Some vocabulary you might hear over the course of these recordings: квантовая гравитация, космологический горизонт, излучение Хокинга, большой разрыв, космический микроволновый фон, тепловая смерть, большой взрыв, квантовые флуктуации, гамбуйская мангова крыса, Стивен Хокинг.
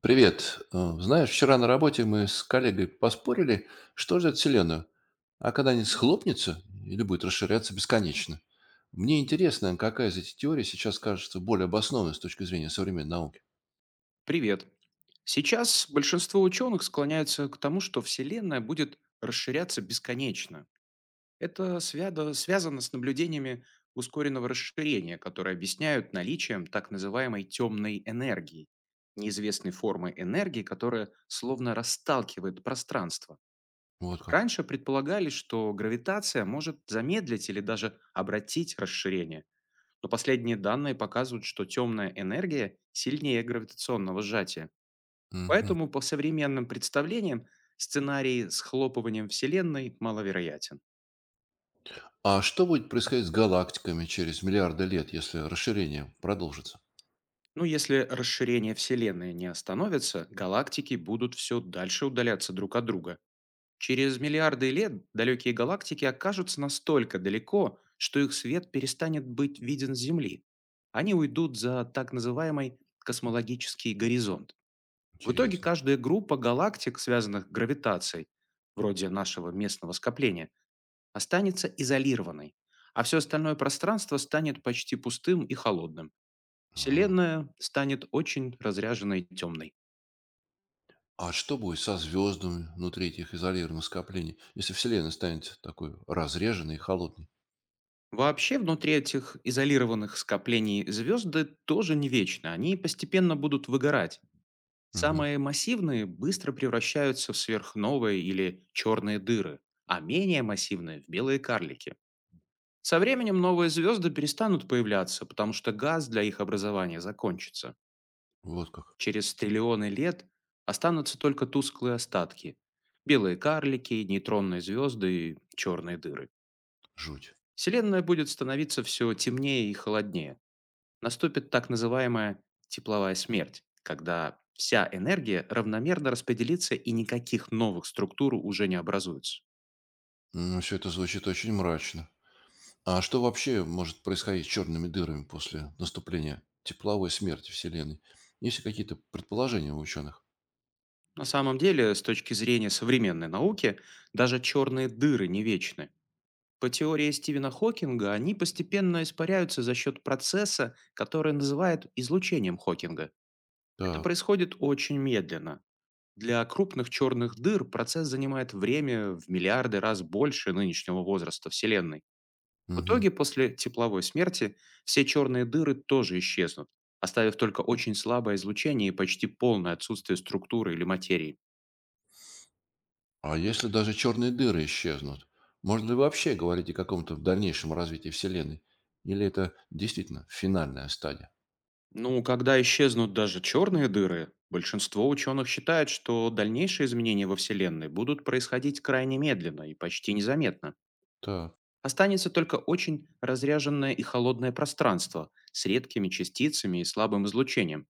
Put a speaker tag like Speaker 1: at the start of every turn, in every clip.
Speaker 1: Привет. Знаешь, вчера на работе мы с коллегой поспорили, что ждет Вселенную, а когда она схлопнется или будет расширяться бесконечно. Мне интересно, какая из этих теорий сейчас кажется более обоснованной с точки зрения современной науки.
Speaker 2: Привет. Сейчас большинство ученых склоняются к тому, что Вселенная будет расширяться бесконечно. Это связано с наблюдениями ускоренного расширения, которые объясняют наличием так называемой темной энергии, неизвестной формы энергии, которая словно расталкивает пространство.
Speaker 1: Вот как.
Speaker 2: Раньше предполагали, что гравитация может замедлить или даже обратить расширение, но последние данные показывают, что темная энергия сильнее гравитационного сжатия.
Speaker 1: Мгм.
Speaker 2: Поэтому, по современным представлениям, сценарий с хлопыванием Вселенной маловероятен.
Speaker 1: А что будет происходить с галактиками через миллиарды лет, если расширение продолжится?
Speaker 2: Но если расширение Вселенной не остановится, галактики будут все дальше удаляться друг от друга. Через миллиарды лет далекие галактики окажутся настолько далеко, что их свет перестанет быть виден с Земли. Они уйдут за так называемый космологический горизонт. В итоге
Speaker 1: Интересно.
Speaker 2: каждая группа галактик, связанных гравитацией, вроде нашего местного скопления, останется изолированной, а все остальное пространство станет почти пустым и холодным.
Speaker 1: А,
Speaker 2: Вселенная станет очень разряженной и темной.
Speaker 1: а что будет со звездами внутри этих изолированных скоплений, если Вселенная станет такой разреженной и холодной?
Speaker 2: Вообще, внутри этих изолированных скоплений звезды тоже не вечны, они постепенно будут выгорать.
Speaker 1: Мгм.
Speaker 2: Самые массивные быстро превращаются в сверхновые или черные дыры, а менее массивные– в белые карлики. Со временем новые звезды перестанут появляться, потому что газ для их образования закончится.
Speaker 1: Вот как.
Speaker 2: Через триллионы лет останутся только тусклые остатки: белые карлики, нейтронные звезды и черные дыры.
Speaker 1: Жуть.
Speaker 2: Вселенная будет становиться все темнее и холоднее. Наступит так называемая тепловая смерть, когда вся энергия равномерно распределится и никаких новых структур уже не образуется.
Speaker 1: Все это звучит очень мрачно. А что вообще может происходить с черными дырами после наступления тепловой смерти Вселенной? Есть ли какие-то предположения у ученых?
Speaker 2: На самом деле, с точки зрения современной науки, даже черные дыры не вечны. По теории Стивена Хокинга, они постепенно испаряются за счет процесса, который называют излучением Хокинга. Это
Speaker 1: Так.
Speaker 2: происходит очень медленно. Для крупных черных дыр процесс занимает время в миллиарды раз больше нынешнего возраста Вселенной. В
Speaker 1: Мгм.
Speaker 2: итоге, после тепловой смерти, все черные дыры тоже исчезнут, оставив только очень слабое излучение и почти полное отсутствие структуры или материи.
Speaker 1: А если даже черные дыры исчезнут, можно ли вообще говорить о каком-то дальнейшем развитии Вселенной? Или это действительно финальная стадия?
Speaker 2: Ну, когда исчезнут даже черные дыры, большинство ученых считает, что дальнейшие изменения во Вселенной будут происходить крайне медленно и почти незаметно.
Speaker 1: Так,
Speaker 2: Останется только очень разряженное и холодное пространство с редкими частицами и слабым излучением.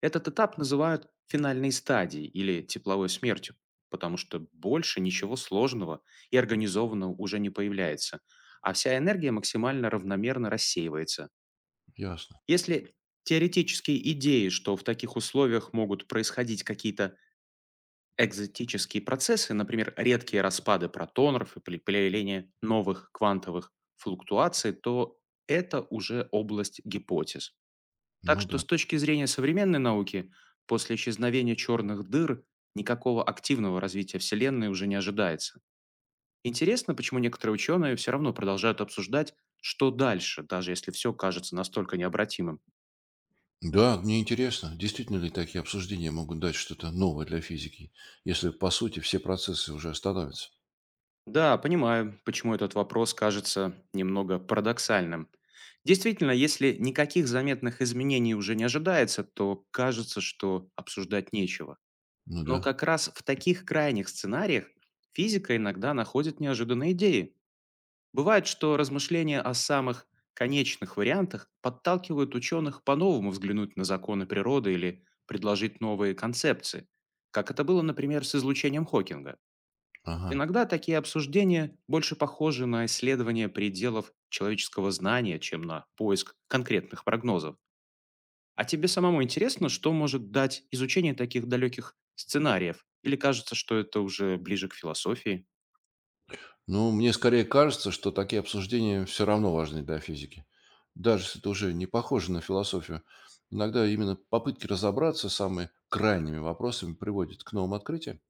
Speaker 2: Этот этап называют финальной стадией или тепловой смертью, потому что больше ничего сложного и организованного уже не появляется, а вся энергия максимально равномерно рассеивается.
Speaker 1: ясно.
Speaker 2: Если теоретические идеи, что в таких условиях могут происходить какие-то экзотические процессы, например, редкие распады протонов и появление новых квантовых флуктуаций, то это уже область гипотез. Так
Speaker 1: Ну
Speaker 2: что
Speaker 1: да.
Speaker 2: с точки зрения современной науки, после исчезновения черных дыр никакого активного развития Вселенной уже не ожидается. Интересно, почему некоторые ученые все равно продолжают обсуждать, что дальше, даже если все кажется настолько необратимым.
Speaker 1: Да, мне интересно, действительно ли такие обсуждения могут дать что-то новое для физики, если по сути все процессы уже остановятся?
Speaker 2: Да, понимаю, почему этот вопрос кажется немного парадоксальным. Действительно, если никаких заметных изменений уже не ожидается, то кажется, что обсуждать нечего.
Speaker 1: Ну
Speaker 2: Но
Speaker 1: да.
Speaker 2: как раз в таких крайних сценариях физика иногда находит неожиданные идеи. Бывает, что размышления о самых конечных вариантах подталкивают ученых по-новому взглянуть на законы природы или предложить новые концепции, как это было, например, с излучением Хокинга.
Speaker 1: Ага.
Speaker 2: Иногда такие обсуждения больше похожи на исследование пределов человеческого знания, чем на поиск конкретных прогнозов. А тебе самому интересно, что может дать изучение таких далеких сценариев? Или кажется, что это уже ближе к философии?
Speaker 1: Ну, мне скорее кажется, что такие обсуждения все равно важны для физики. Даже если это уже не похоже на философию, иногда именно попытки разобраться с самыми крайними вопросами приводят к новым открытиям.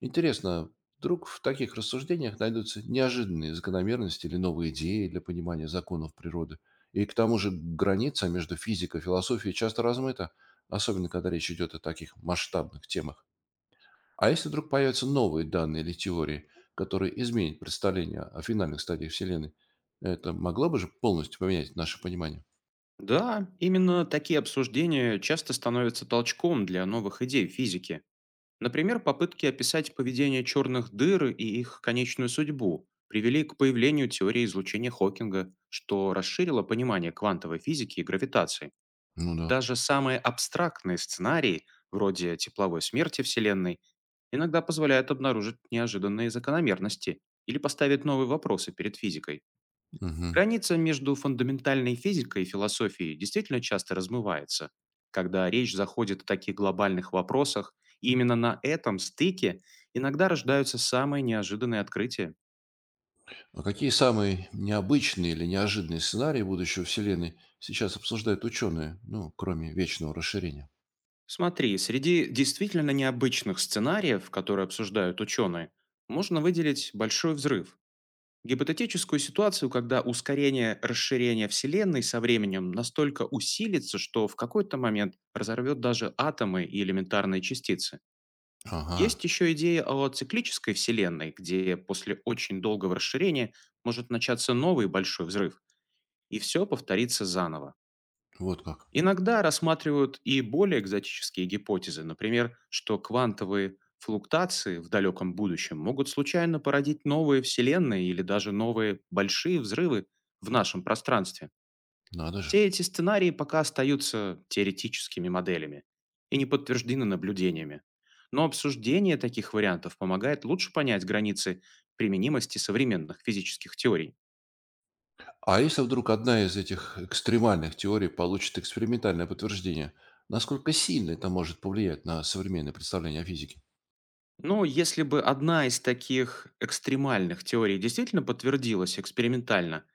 Speaker 1: Интересно, вдруг в таких рассуждениях найдутся неожиданные закономерности или новые идеи для понимания законов природы. И к тому же граница между физикой и философией часто размыта, особенно когда речь идет о таких масштабных темах. А если вдруг появятся новые данные или теории, которые изменят представление о финальных стадиях Вселенной, это могло бы же полностью поменять наше понимание?
Speaker 2: Да, именно такие обсуждения часто становятся толчком для новых идей в физике. Например, попытки описать поведение черных дыр и их конечную судьбу привели к появлению теории излучения Хокинга, что расширило понимание квантовой физики и гравитации.
Speaker 1: Ну да.
Speaker 2: Даже самые абстрактные сценарии, вроде тепловой смерти Вселенной, иногда позволяют обнаружить неожиданные закономерности или поставить новые вопросы перед физикой.
Speaker 1: Мгм.
Speaker 2: Граница между фундаментальной физикой и философией действительно часто размывается, когда речь заходит о таких глобальных вопросах, и именно на этом стыке иногда рождаются самые неожиданные открытия.
Speaker 1: А какие самые необычные или неожиданные сценарии будущего Вселенной сейчас обсуждают ученые, ну, кроме вечного расширения?
Speaker 2: Смотри, среди действительно необычных сценариев, которые обсуждают ученые, можно выделить большой взрыв. Гипотетическую ситуацию, когда ускорение расширения Вселенной со временем настолько усилится, что в какой-то момент разорвет даже атомы и элементарные частицы. Есть
Speaker 1: Ага,
Speaker 2: еще идея о циклической Вселенной, где после очень долгого расширения может начаться новый большой взрыв, и все повторится заново.
Speaker 1: вот как.
Speaker 2: Иногда рассматривают и более экзотические гипотезы, например, что квантовые флуктуации в далеком будущем могут случайно породить новые Вселенные или даже новые большие взрывы в нашем пространстве.
Speaker 1: Надо же.
Speaker 2: Все эти сценарии пока остаются теоретическими моделями и не подтверждены наблюдениями. Но обсуждение таких вариантов помогает лучше понять границы применимости современных физических теорий.
Speaker 1: А если вдруг одна из этих экстремальных теорий получит экспериментальное подтверждение, насколько сильно это может повлиять на современное представление о физике?
Speaker 2: Но если бы одна из таких экстремальных теорий действительно подтвердилась экспериментально,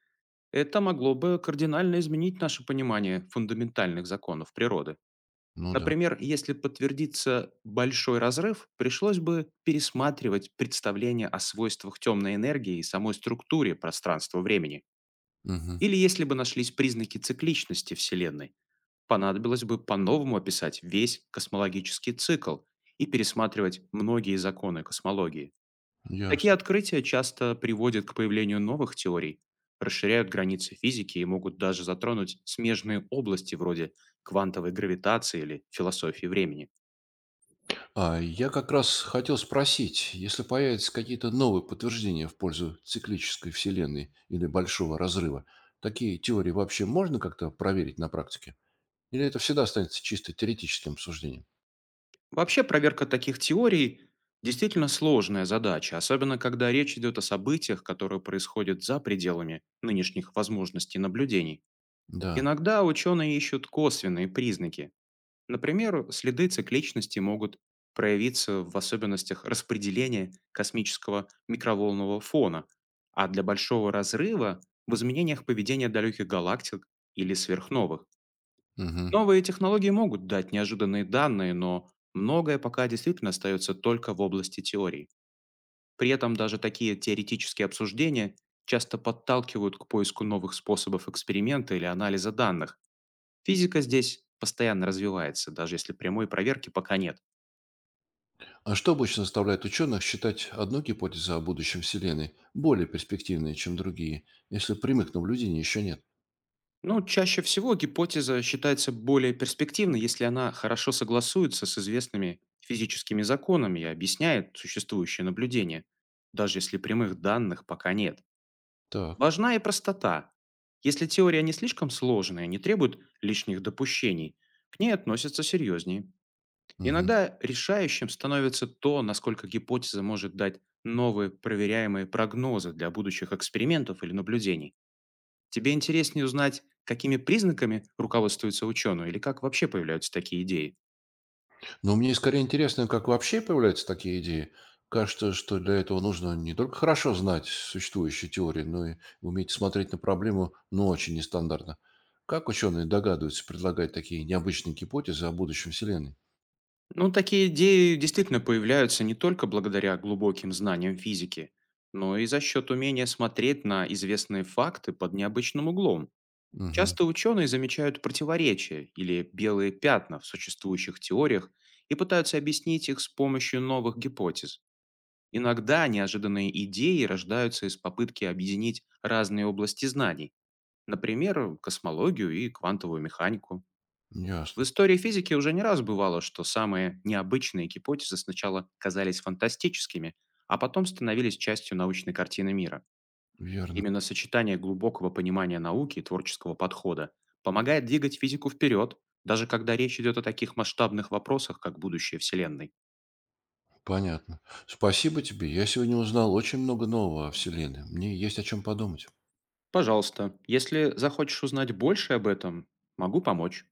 Speaker 2: это могло бы кардинально изменить наше понимание фундаментальных законов природы.
Speaker 1: Ну да.
Speaker 2: Например, если подтвердится большой разрыв, пришлось бы пересматривать представление о свойствах темной энергии и самой структуре пространства-времени.
Speaker 1: Угу.
Speaker 2: Или если бы нашлись признаки цикличности Вселенной, понадобилось бы по-новому описать весь космологический цикл и пересматривать многие законы космологии. Такие
Speaker 1: Ясно.
Speaker 2: открытия часто приводят к появлению новых теорий, расширяют границы физики и могут даже затронуть смежные области вроде квантовой гравитации или философии времени.
Speaker 1: А, я как раз хотел спросить, если появятся какие-то новые подтверждения в пользу циклической Вселенной или Большого Разрыва, такие теории вообще можно как-то проверить на практике? Или это всегда останется чисто теоретическим обсуждением?
Speaker 2: Вообще проверка таких теорий действительно сложная задача, особенно когда речь идет о событиях, которые происходят за пределами нынешних возможностей наблюдений.
Speaker 1: Да.
Speaker 2: Иногда ученые ищут косвенные признаки. Например, следы цикличности могут проявиться в особенностях распределения космического микроволнового фона, а для большого разрыва в изменениях поведения далеких галактик или сверхновых.
Speaker 1: Мгм.
Speaker 2: Новые технологии могут дать неожиданные данные, но многое пока действительно остается только в области теории. При этом даже такие теоретические обсуждения часто подталкивают к поиску новых способов эксперимента или анализа данных. Физика здесь постоянно развивается, даже если прямой проверки пока нет.
Speaker 1: А что обычно заставляет ученых считать одну гипотезу о будущем Вселенной более перспективной, чем другие, если прямых наблюдений еще нет?
Speaker 2: Но чаще всего гипотеза считается более перспективной, если она хорошо согласуется с известными физическими законами и объясняет существующие наблюдения, даже если прямых данных пока нет.
Speaker 1: Так.
Speaker 2: Важна и простота. Если теория не слишком сложная, не требует лишних допущений, к ней относятся серьезнее.
Speaker 1: Мгм.
Speaker 2: Иногда решающим становится то, насколько гипотеза может дать новые проверяемые прогнозы для будущих экспериментов или наблюдений. Тебе интереснее узнать, какими признаками руководствуются ученые или как вообще появляются такие идеи?
Speaker 1: Но мне скорее интересно, как вообще появляются такие идеи. Кажется, что для этого нужно не только хорошо знать существующие теории, но и уметь смотреть на проблему, ну, очень нестандартно. Как ученые догадываются предлагать такие необычные гипотезы о будущем Вселенной?
Speaker 2: Ну, такие идеи действительно появляются не только благодаря глубоким знаниям физики, но и за счет умения смотреть на известные факты под необычным углом.
Speaker 1: Угу,
Speaker 2: Часто ученые замечают противоречия или белые пятна в существующих теориях и пытаются объяснить их с помощью новых гипотез. Иногда неожиданные идеи рождаются из попытки объединить разные области знаний, например, космологию и квантовую механику. В
Speaker 1: ясно,
Speaker 2: истории физики уже не раз бывало, что самые необычные гипотезы сначала казались фантастическими, а потом становились частью научной картины мира.
Speaker 1: верно,
Speaker 2: Именно сочетание глубокого понимания науки и творческого подхода помогает двигать физику вперед, даже когда речь идет о таких масштабных вопросах, как будущее Вселенной.
Speaker 1: понятно. Спасибо тебе. Я сегодня узнал очень много нового о Вселенной. Мне есть о чем подумать.
Speaker 2: Пожалуйста, если захочешь узнать больше об этом, могу помочь.